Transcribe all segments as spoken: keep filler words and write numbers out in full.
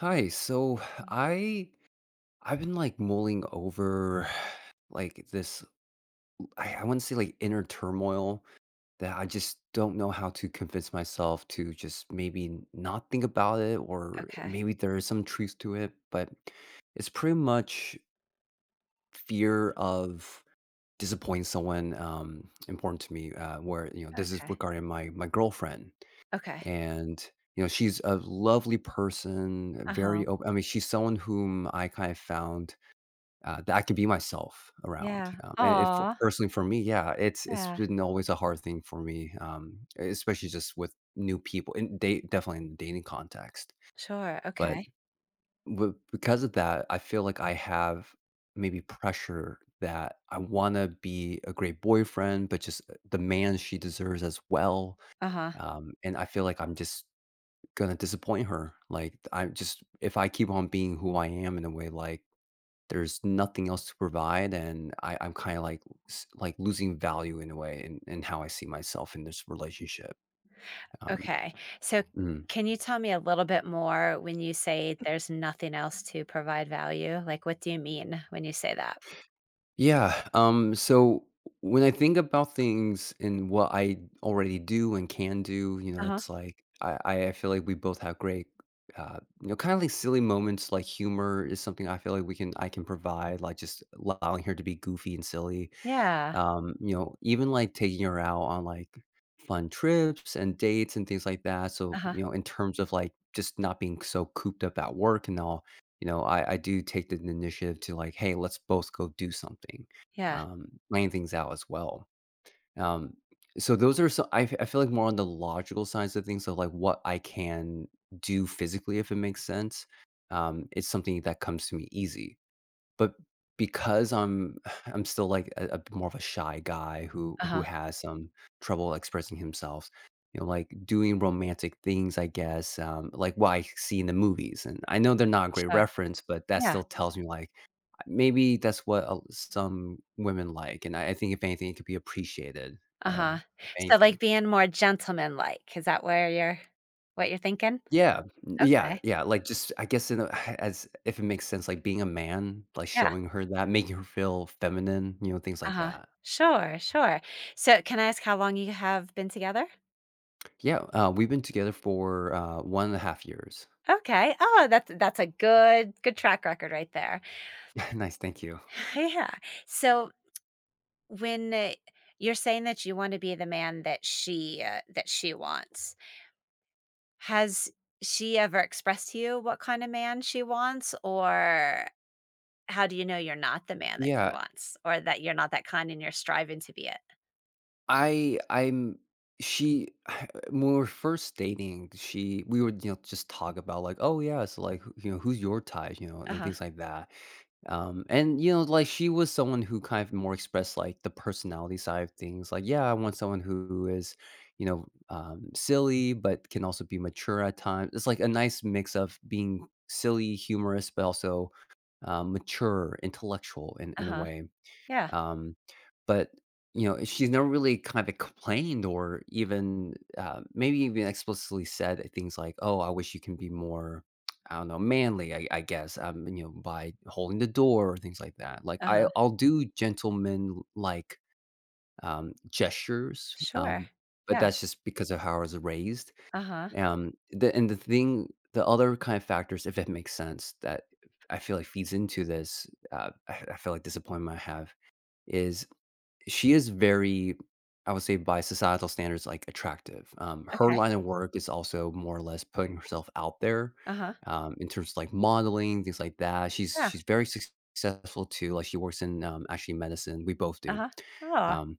Hi. So Yeah. I I've been like mulling over, like this, I, I wouldn't say like inner turmoil that I just don't know how to convince myself to just maybe not think about it, or Okay, maybe there is some truth to it. But it's pretty much fear of disappointing someone um important to me, uh where you know this is okay, regarding my my girlfriend. okay. And, you know, she's a lovely person, very Uh-huh. open. I mean, she's someone whom I kind of found, uh, that I could be myself around, Yeah. um, and it Aw, personally for me, yeah, it's it's yeah. been always a hard thing for me, um, especially just with new people in date, definitely in the dating context. Sure, But okay. w because of that, I feel like I have maybe pressure that I wanna be a great boyfriend, but just, uh, the man she deserves as well, Uh-huh, um, and I feel like I'm just gonna disappoint her. Like, I just, if I keep on being who I am in a way, like, there's nothing else to provide, and I I'm kinda, like, s like, losing value in a way in in how I see myself in this relationship, um okay. So Mm. can you tell me a little bit more when you say there's nothing else to provide value? Like, what do you mean when you say that? Yeah, um, so when I think about things and what I already do and can do, you know, Uh-huh. it's like I I I feel like we both have great, uh, you know, kinda like silly moments. Like humor is something I feel like we can I can provide, like, just allowing her to be goofy and silly. Yeah. Um, you know, even like taking her out on like fun trips and dates and things like that. So, Uh-huh. you know, in terms of like just not being so cooped up at work and all, you know, I, I do take the initiative to like, hey, let's both go do something, Yeah. um, plan things out as well. Um, so those are so I, f- I feel like more on the logical sides of things. So like what I can do physically, if it makes sense, um, it's something that comes to me easy, but because I'm I'm still, like, a a more of a shy guy who who Uh-huh. has some trouble expressing himself, you know, like, doing romantic things, I guess, um, like what I see in the movies, and I know they're not a great Sure. reference, but that Yeah. still tells me, like, maybe that's what a some women like, and I I think if anything, it could be appreciated, Uh-huh. um, if So, like, anything. being more gentlemanlike, is that where you're what you're thinking? Yeah. Yeah, Okay. yeah, like, just I guess in a as if it makes sense, like, being a man, like, Yeah. showing her that, making her feel feminine, you know, things like Uh-huh. that. Sure, sure. So, can I ask how long you have been together? Yeah, uh, we've been together for, uh, one and a half years. Okay. Oh, that's that's a good good track record right there. Nice, thank you. Yeah. So when uh, you're saying that you want to be the man that she uh, that she wants, has she ever expressed to you what kind of man she wants, or how do you know you're not the man that she Yeah, wants, or that you're not that kind and you're striving to be it? I I'm she when we were first dating, she we would, you know, just talk about like, "Oh, yeah, so, like, who you know, who's your type?" You know, Uh and huh. things like that. Um, and you know, like she was someone who kind of more expressed like the personality side of things. Like, yeah, I want someone who is, you know, um, silly but can also be mature at times. It's like a nice mix of being silly, humorous, but also um, mature, intellectual in Uh in a huh. way. Yeah. Um, but, you know, she's never really kind of complained or even, uh, maybe even explicitly said things like, "Oh, I wish you can be more, I don't know, manly," I I guess, um, you know, by holding the door or things like that. Like, Uh I huh. I'll do gentleman-like, um, gestures, Sure. um, but Yeah. that's just because of how I was raised. Uh huh. Um, the and the thing the other kind of factors, if it makes sense, that I feel like feeds into this, uh, I I feel like disappointment I have, is she is very, I would say by societal standards, like, attractive. Um, her Okay. line of work is also more or less putting herself out there, Uh huh. um, in terms of, like, modeling, things like that. She's Yeah. she's very successful too, like, she works in, um, actually medicine, we both Uh do. huh. Oh. Um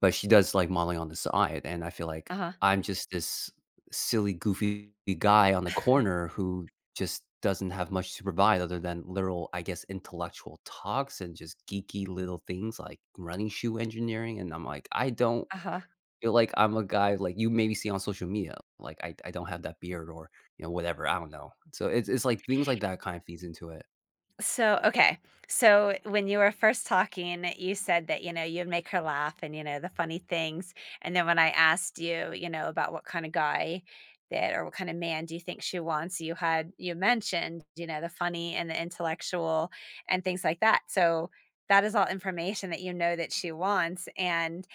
but she does, like, modeling on the side, and I feel like Uh huh. I'm just this silly, goofy guy on the corner who just doesn't have much to provide other than literal, I guess, intellectual talks and just geeky little things like running shoe engineering, and I'm like, I don't Uh huh. feel like I'm a guy like you maybe see on social media. Like, I I don't have that beard or, you know, whatever, I don't know. So it's it's like things like that kind of feeds into it. So, okay. So, when you were first talking, you said that, you know, you'd make her laugh and, you know, the funny things. And then when I asked you, you know, about what kind of guy that or what kind of man do you think she wants, you had, you mentioned, you know, the funny and the intellectual and things like that. So, that is all information that you know that she wants. And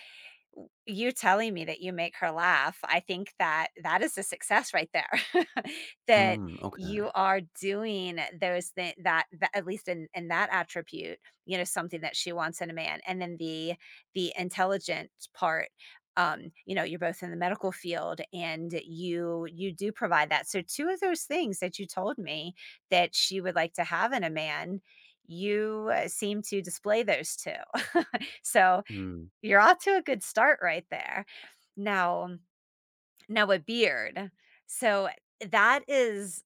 w- you telling me that you make her laugh, I think that that is a success right there. That Mm, okay. you are doing those thi- that, that at least in in that attribute, you know, something that she wants in a man, and then the the intelligent part. Um, you know, you're both in the medical field, and you you do provide that. So two of those things that you told me that she would like to have in a man, you uh, seem to display those two. So Mm, you're off to a good start right there. Now um, now a beard, so that is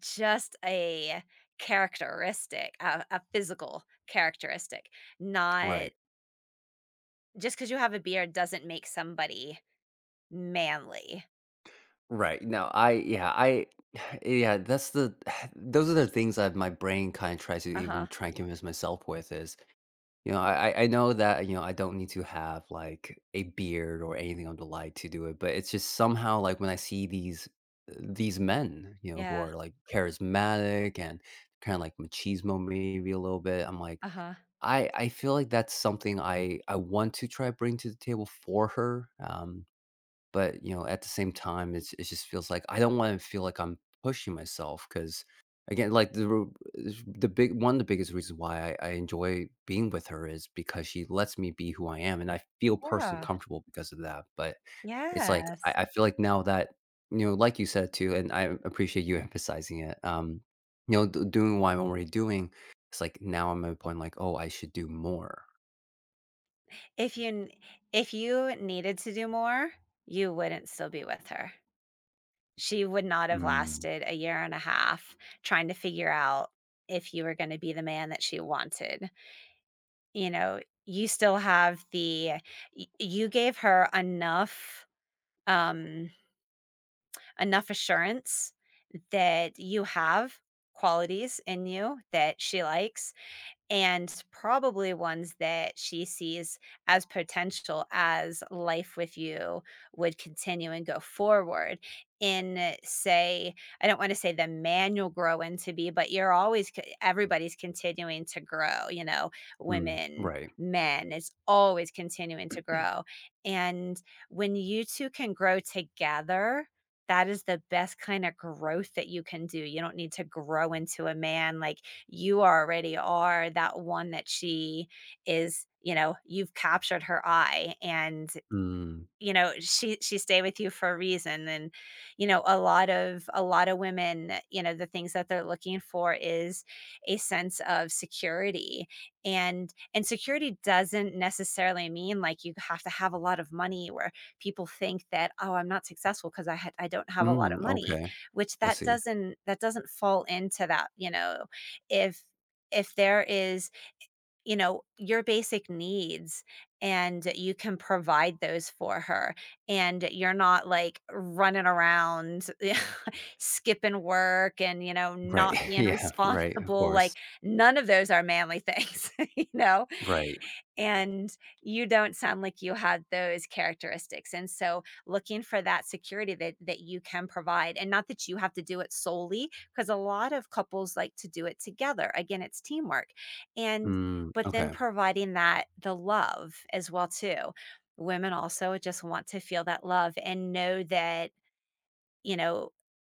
just a characteristic, a a physical characteristic, not right. just because you have a beard doesn't make somebody manly. Right. No, I yeah, I yeah, that's the those are the things that my brain kind of tries to even Uh-huh. try and convince myself with is, you know, I I I know that, you know, I don't need to have like a beard or anything of the like to do it, but it's just somehow like when I see these these men, you know, who Yeah. are like charismatic and kind of like machismo maybe a little bit, I'm like Uh-huh. I, I feel like that's something I, I want to try bring to the table for her. Um, but, you know, at the same time, it's it just feels like I don't wanna feel like I'm pushing myself because, again, like, the ru is the big one of the biggest reasons why I I enjoy being with her is because she lets me be who I am, and I feel personally Yeah. comfortable because of that. But it's like, I Yes. I feel like now that you know, like you said too, and I appreciate you emphasizing it, um, you know, d doing what I'm already doing, it's like now I'm at a point like, "Oh, I should do more." If you n if you needed to do more, you wouldn't still be with her. She would not have Mm. lasted a year and a half trying to figure out if you were gonna be the man that she wanted. You know, you still have the y you gave her enough, um, enough assurance that you have qualities in you that she likes, and probably ones that she sees as potential as life with you would continue and go forward in say, I don't want to say the man you'll grow into be, but you're always c- everybody's continuing to grow, you know, Mm. women, Right. men, it's always continuing to grow. And when you two can grow together, that is the best kind of growth that you can do. You don't need to grow into a man, like, you already are that one that she is. You know, you've captured her eye, and, Mm. you know, she she stay with you for a reason, and, you know, a lot of a lot of women, you know, the things that they're looking for is a sense of security, and and security doesn't necessarily mean, like, you have to have a lot of money, where people think that, "Oh, I'm not successful because I had I don't have a lot Mm, of money," okay. which I that see. doesn't that doesn't fall into that, you know? If if there is, you know, your basic needs, and you can provide those for her. And you're not like running around skipping work and, you know, Right. not being Yeah, right, of responsible. course. Like, none of those are manly things, you know? Right. And you don't sound like you had those characteristics. And so looking for that security that that you can provide, and not that you have to do it solely, because a lot of couples like to do it together. Again, it's teamwork. And Mm, but then okay. providing that the love as well too. Women also just want to feel that love and know that, you know,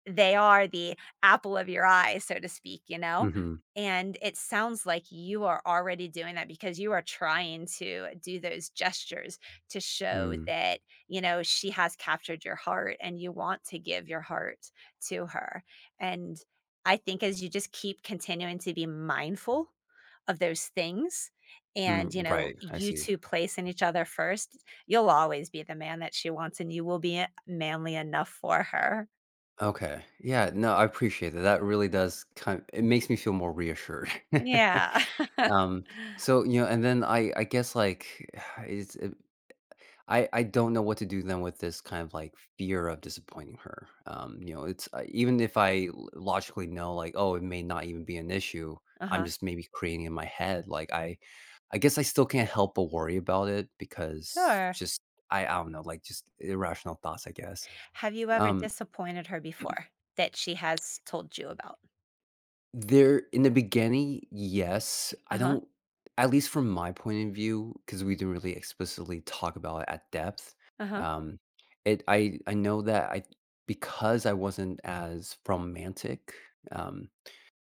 they are the apple of your eye, so to speak, you know? Mhm. And it sounds like you are already doing that because you are trying to do those gestures to show Mm, that, you know, she has captured your heart and you want to give your heart to her. And I think as you just keep continuing to be mindful of those things and, you mm, know, right, I you see. two placing each other first, you'll always be the man that she wants, and you will be e manly enough for her. Okay. Yeah, no, I appreciate that. That really does kind of, it makes me feel more reassured. Yeah. Um, so, you know, and then I I guess, like, it's I I don't know what to do then with this kind of, like, fear of disappointing her, um, you know, it's uh, even if I l logically know, like, "Oh, it may not even be an issue," I'm Uh-huh. just maybe creating in my head, like, I I guess I still can't help but worry about it because Sure. just I I don't know, like, just irrational thoughts, I guess, Have you ever um disappointed her before that she has told you about? There in the beginning, yes. I Uh-huh. don't, at least from my point of view, because we didn't really explicitly talk about it at depth, Uh-huh. um, it I I know that I, because I wasn't as romantic, um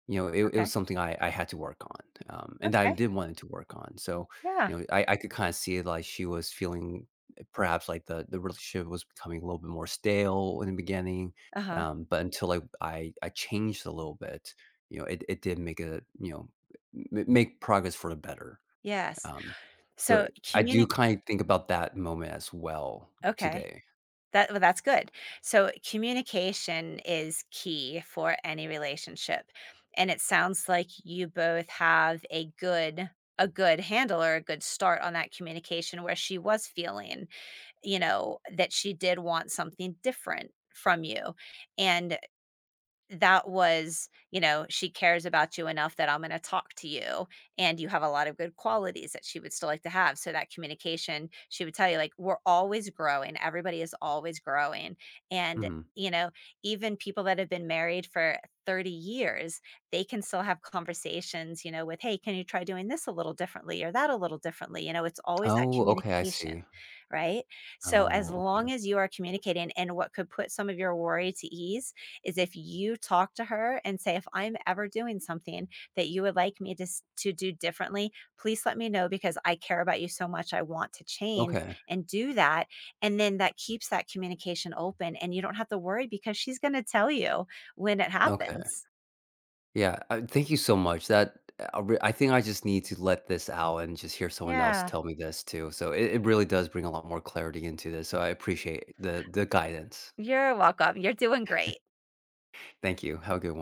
you know, it it was Okay. something I I had to work on, um, and I Okay. did wanted to work on. So, Yeah. you know, I I could kinda see it, like, she was feeling, eh, perhaps like the the relationship was becoming a little bit more stale in the beginning, Uh-huh. um, but until I I I changed a little bit, you know, it it did make a, you know, m make progress for the better, Yes. um, so So, I do communicate. kinda think about that moment as well Okay. today. That, well, that's good. So communication is key for any relationship, and it sounds like you both have a good, a good handle or a good start on that communication, where she was feeling, you know, that she did want something different from you. And that was, you know, she cares about you enough that I'm gonna talk to you, and you have a lot of good qualities that she would still like to have, so that communication, she would tell you, like, "We're always growing, everybody is always growing," and, Mhm. you know, even people that have been married for thirty years, they can still have conversations, you know, with, "Hey, can you try doing this a little differently or that a little differently?" You know, it's always that Oh, okay, I communication, see. right? So, as Oh, okay. long as you are communicating, and what could put some of your worry to ease is if you talk to her and say, "If I'm ever doing something that you would like me to s to do differently, please let me know, because I care about you so much, I want to change Okay. and do that," and then that keeps that communication open, and you don't have to worry, because she's gonna tell you when it Okay. happens. Yeah, uh, thank you so much. That uh, I re- I think I just need to let this out and just hear someone else Yeah. tell me this too. So it, it really does bring a lot more clarity into this. So I appreciate the the guidance. You're welcome. You're doing great. Thank you. Have a good one.